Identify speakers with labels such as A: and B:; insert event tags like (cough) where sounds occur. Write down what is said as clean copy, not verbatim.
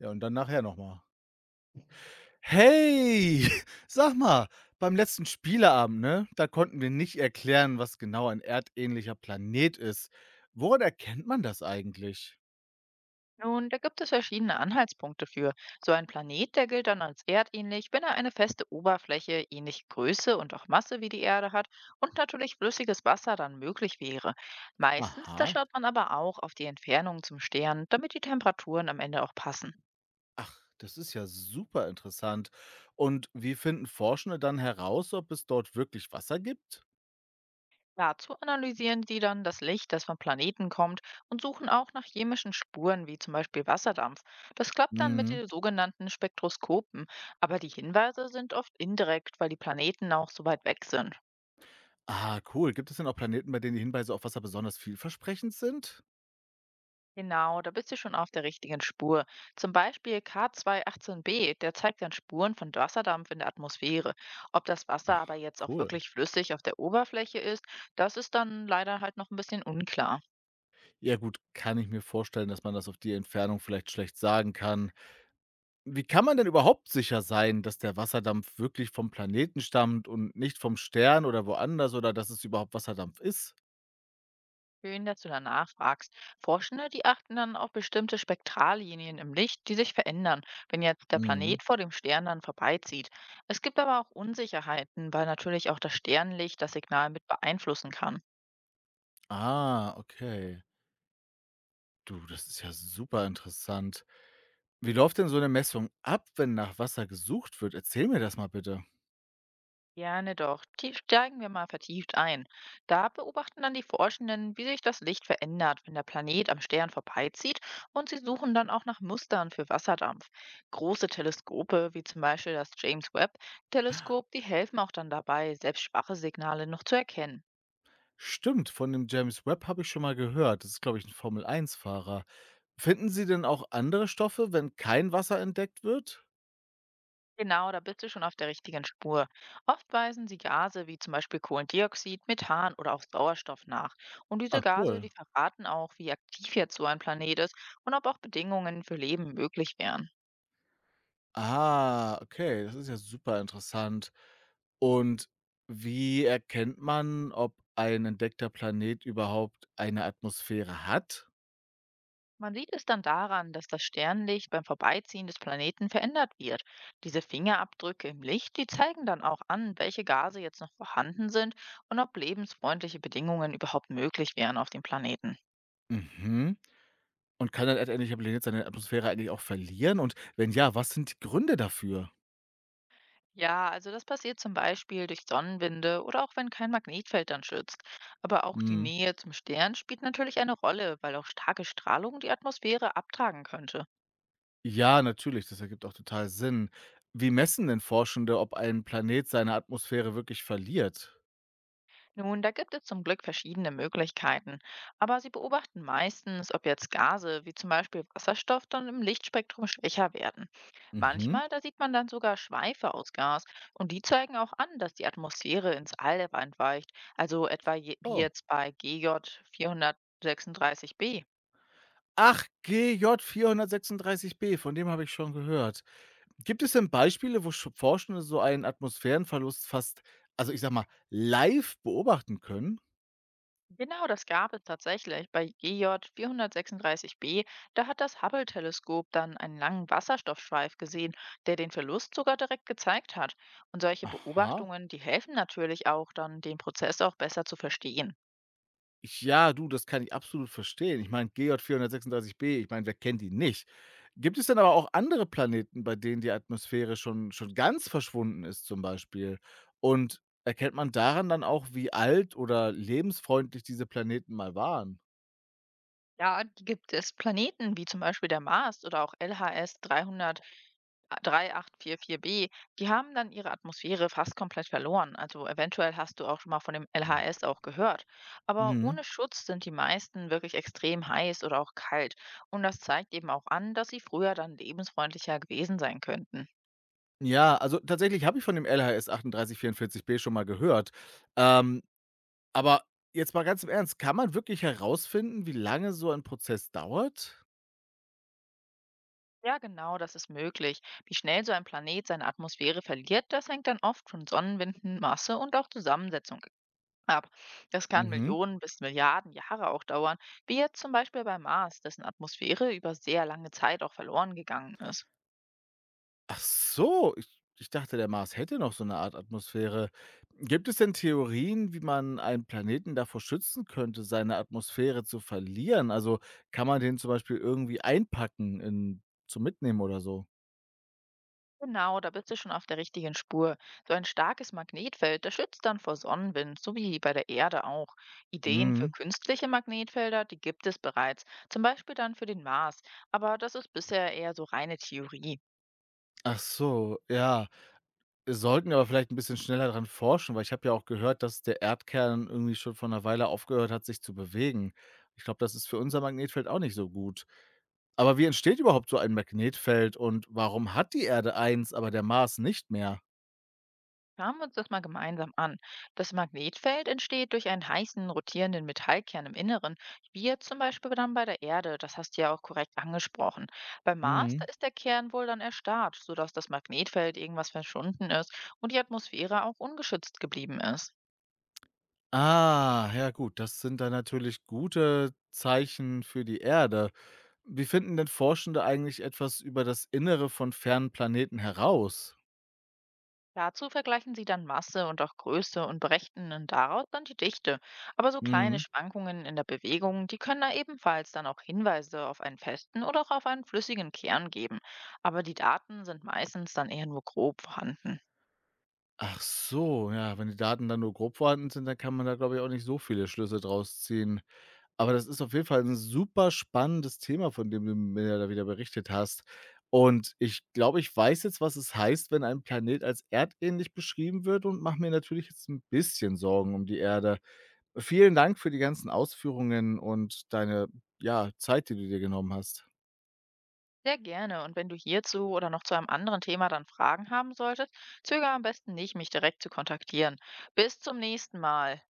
A: Ja, und dann nachher noch mal. Hey, (laughs) sag mal, beim letzten Spieleabend, ne, da konnten wir nicht erklären, was genau ein erdähnlicher Planet ist. Woran erkennt man das eigentlich?
B: Nun, da gibt es verschiedene Anhaltspunkte für. So ein Planet, der gilt dann als erdähnlich, wenn er eine feste Oberfläche, ähnliche Größe und auch Masse wie die Erde hat und natürlich flüssiges Wasser dann möglich wäre. Meistens, da
A: Aha.
B: schaut man aber auch auf die Entfernung zum Stern, damit die Temperaturen am Ende auch passen.
A: Ach, das ist ja super interessant. Und wie finden Forschende dann heraus, ob es dort wirklich Wasser gibt?
B: Dazu analysieren sie dann das Licht, das vom Planeten kommt, und suchen auch nach chemischen Spuren wie zum Beispiel Wasserdampf. Das klappt dann mit
A: Mhm.
B: den sogenannten Spektroskopen, aber die Hinweise sind oft indirekt, weil die Planeten auch so weit weg sind.
A: Ah, cool. Gibt es denn auch Planeten, bei denen die Hinweise auf Wasser besonders vielversprechend sind?
B: Genau, da bist du schon auf der richtigen Spur. Zum Beispiel K218b, der zeigt dann Spuren von Wasserdampf in der Atmosphäre. Ob das Wasser aber jetzt auch
A: Cool.
B: wirklich flüssig auf der Oberfläche ist, das ist dann leider halt noch ein bisschen unklar.
A: Ja gut, kann ich mir vorstellen, dass man das auf die Entfernung vielleicht schlecht sagen kann. Wie kann man denn überhaupt sicher sein, dass der Wasserdampf wirklich vom Planeten stammt und nicht vom Stern oder woanders oder dass es überhaupt Wasserdampf ist?
B: Schön, dass du danach fragst. Forschende, die achten dann auf bestimmte Spektrallinien im Licht, die sich verändern, wenn jetzt der
A: Mhm.
B: Planet vor dem Stern dann vorbeizieht. Es gibt aber auch Unsicherheiten, weil natürlich auch das Sternlicht das Signal mit beeinflussen kann.
A: Ah, okay. Du, das ist ja super interessant. Wie läuft denn so eine Messung ab, wenn nach Wasser gesucht wird? Erzähl mir das mal bitte.
B: Gerne doch. Steigen wir mal vertieft ein. Da beobachten dann die Forschenden, wie sich das Licht verändert, wenn der Planet am Stern vorbeizieht, und sie suchen dann auch nach Mustern für Wasserdampf. Große Teleskope, wie zum Beispiel das James Webb-Teleskop, die helfen auch dann dabei, selbst schwache Signale noch zu erkennen.
A: Stimmt, von dem James Webb habe ich schon mal gehört. Das ist, glaube ich, ein Formel 1 Fahrer. Finden Sie denn auch andere Stoffe, wenn kein Wasser entdeckt wird?
B: Genau, da bist du schon auf der richtigen Spur. Oft weisen sie Gase wie zum Beispiel Kohlendioxid, Methan oder auch Sauerstoff nach. Und diese
A: Ah,
B: Gase,
A: cool.
B: die verraten auch, wie aktiv jetzt so ein Planet ist und ob auch Bedingungen für Leben möglich wären.
A: Ah, okay, das ist ja super interessant. Und wie erkennt man, ob ein entdeckter Planet überhaupt eine Atmosphäre hat?
B: Man sieht es dann daran, dass das Sternlicht beim Vorbeiziehen des Planeten verändert wird. Diese Fingerabdrücke im Licht, die zeigen dann auch an, welche Gase jetzt noch vorhanden sind und ob lebensfreundliche Bedingungen überhaupt möglich wären auf dem Planeten.
A: Mhm. Und kann ein erdähnlicher Planet seine Atmosphäre eigentlich auch verlieren? Und wenn ja, was sind die Gründe dafür?
B: Ja, also das passiert zum Beispiel durch Sonnenwinde oder auch wenn kein Magnetfeld dann schützt. Aber auch die
A: Mhm.
B: Nähe zum Stern spielt natürlich eine Rolle, weil auch starke Strahlung die Atmosphäre abtragen könnte.
A: Ja, natürlich, das ergibt auch total Sinn. Wie messen denn Forschende, ob ein Planet seine Atmosphäre wirklich verliert?
B: Nun, da gibt es zum Glück verschiedene Möglichkeiten. Aber sie beobachten meistens, ob jetzt Gase wie zum Beispiel Wasserstoff dann im Lichtspektrum schwächer werden.
A: Mhm.
B: Manchmal, da sieht man dann sogar Schweife aus Gas, und die zeigen auch an, dass die Atmosphäre ins All entweicht. Also etwa wie
A: Oh.
B: jetzt bei GJ 436b.
A: Ach, GJ 436b, von dem habe ich schon gehört. Gibt es denn Beispiele, wo Sch Forschende so einen Atmosphärenverlust fast, also, ich sage mal, live beobachten können?
B: Genau, das gab es tatsächlich. Bei GJ 436b, da hat das Hubble-Teleskop dann einen langen Wasserstoffschweif gesehen, der den Verlust sogar direkt gezeigt hat. Und solche
A: Aha.
B: Beobachtungen, die helfen natürlich auch dann, den Prozess auch besser zu verstehen.
A: Ich ja, du, das kann ich absolut verstehen. Ich meine, GJ436b, ich meine, wer kennt ihn nicht? Gibt es denn aber auch andere Planeten, bei denen die Atmosphäre schon ganz verschwunden ist zum Beispiel? Und erkennt man daran dann auch, wie alt oder lebensfreundlich diese Planeten mal waren?
B: Ja, die gibt es. Planeten wie zum Beispiel der Mars oder auch LHS 3844b, die haben dann ihre Atmosphäre fast komplett verloren. Also eventuell hast du auch schon mal von dem LHS auch gehört. Aber
A: Mhm.
B: ohne Schutz sind die meisten wirklich extrem heiß oder auch kalt. Und das zeigt eben auch an, dass sie früher dann lebensfreundlicher gewesen sein könnten.
A: Ja, also tatsächlich habe ich von dem LHS 3844b schon mal gehört. Ähm Aber jetzt mal ganz im Ernst, kann man wirklich herausfinden, wie lange so ein Prozess dauert?
B: Ja, genau, das ist möglich. Wie schnell so ein Planet seine Atmosphäre verliert, das hängt dann oft von Sonnenwinden, Masse und auch Zusammensetzung ab. Das kann
A: Mhm.
B: Millionen bis Milliarden Jahre auch dauern, wie jetzt zum Beispiel bei Mars, dessen Atmosphäre über sehr lange Zeit auch verloren gegangen ist.
A: Ach so, ich dachte, der Mars hätte noch so eine Art Atmosphäre. Gibt es denn Theorien, wie man einen Planeten davor schützen könnte, seine Atmosphäre zu verlieren? Also, kann man den zum Beispiel irgendwie einpacken in zum Mitnehmen oder so?
B: Genau, da bist du schon auf der richtigen Spur. So ein starkes Magnetfeld, das schützt dann vor Sonnenwind, so wie bei der Erde auch. Ideen für
A: Mhm.
B: künstliche Magnetfelder, die gibt es bereits, zum Beispiel dann für den Mars, aber das ist bisher eher so reine Theorie.
A: Ach so, ja. Sollten aber vielleicht ein bisschen schneller dran forschen, weil ich habe ja auch gehört, dass der Erdkern irgendwie schon vor 'ner Weile aufgehört hat, sich zu bewegen. Ich glaube, das ist für unser Magnetfeld auch nicht so gut. Aber wie entsteht überhaupt so ein Magnetfeld und warum hat die Erde eins, aber der Mars nicht mehr?
B: Schauen wir uns das mal gemeinsam an. Das Magnetfeld entsteht durch einen heißen, rotierenden Metallkern im Inneren, wie jetzt zum Beispiel dann bei der Erde, das hast du ja auch korrekt angesprochen. Beim Mars, da
A: Mhm.
B: ist der Kern wohl dann erstarrt, sodass das Magnetfeld irgendwas verschwunden ist und die Atmosphäre auch ungeschützt geblieben ist.
A: Ah, ja gut, das sind dann natürlich gute Zeichen für die Erde. Wie finden denn Forschende eigentlich etwas über das Innere von fernen Planeten heraus?
B: Dazu vergleichen sie dann Masse und auch Größe und berechnen daraus dann die Dichte. Aber so kleine
A: Mhm.
B: Schwankungen in der Bewegung, die können da ebenfalls dann auch Hinweise auf einen festen oder auch auf einen flüssigen Kern geben. Aber die Daten sind meistens dann eher nur grob vorhanden.
A: Ach so, ja, wenn die Daten dann nur grob vorhanden sind, dann kann man da, glaube ich, auch nicht so viele Schlüsse draus ziehen. Aber das ist auf jeden Fall ein super spannendes Thema, von dem du mir ja da wieder berichtet hast. Und ich glaube, ich weiß jetzt, was es heißt, wenn ein Planet als erdähnlich beschrieben wird und mache mir natürlich jetzt ein bisschen Sorgen um die Erde. Vielen Dank für die ganzen Ausführungen und deine, ja, Zeit, die du dir genommen hast.
B: Sehr gerne. Und wenn du hierzu oder noch zu einem anderen Thema dann Fragen haben solltest, zögere am besten nicht, mich direkt zu kontaktieren. Bis zum nächsten Mal.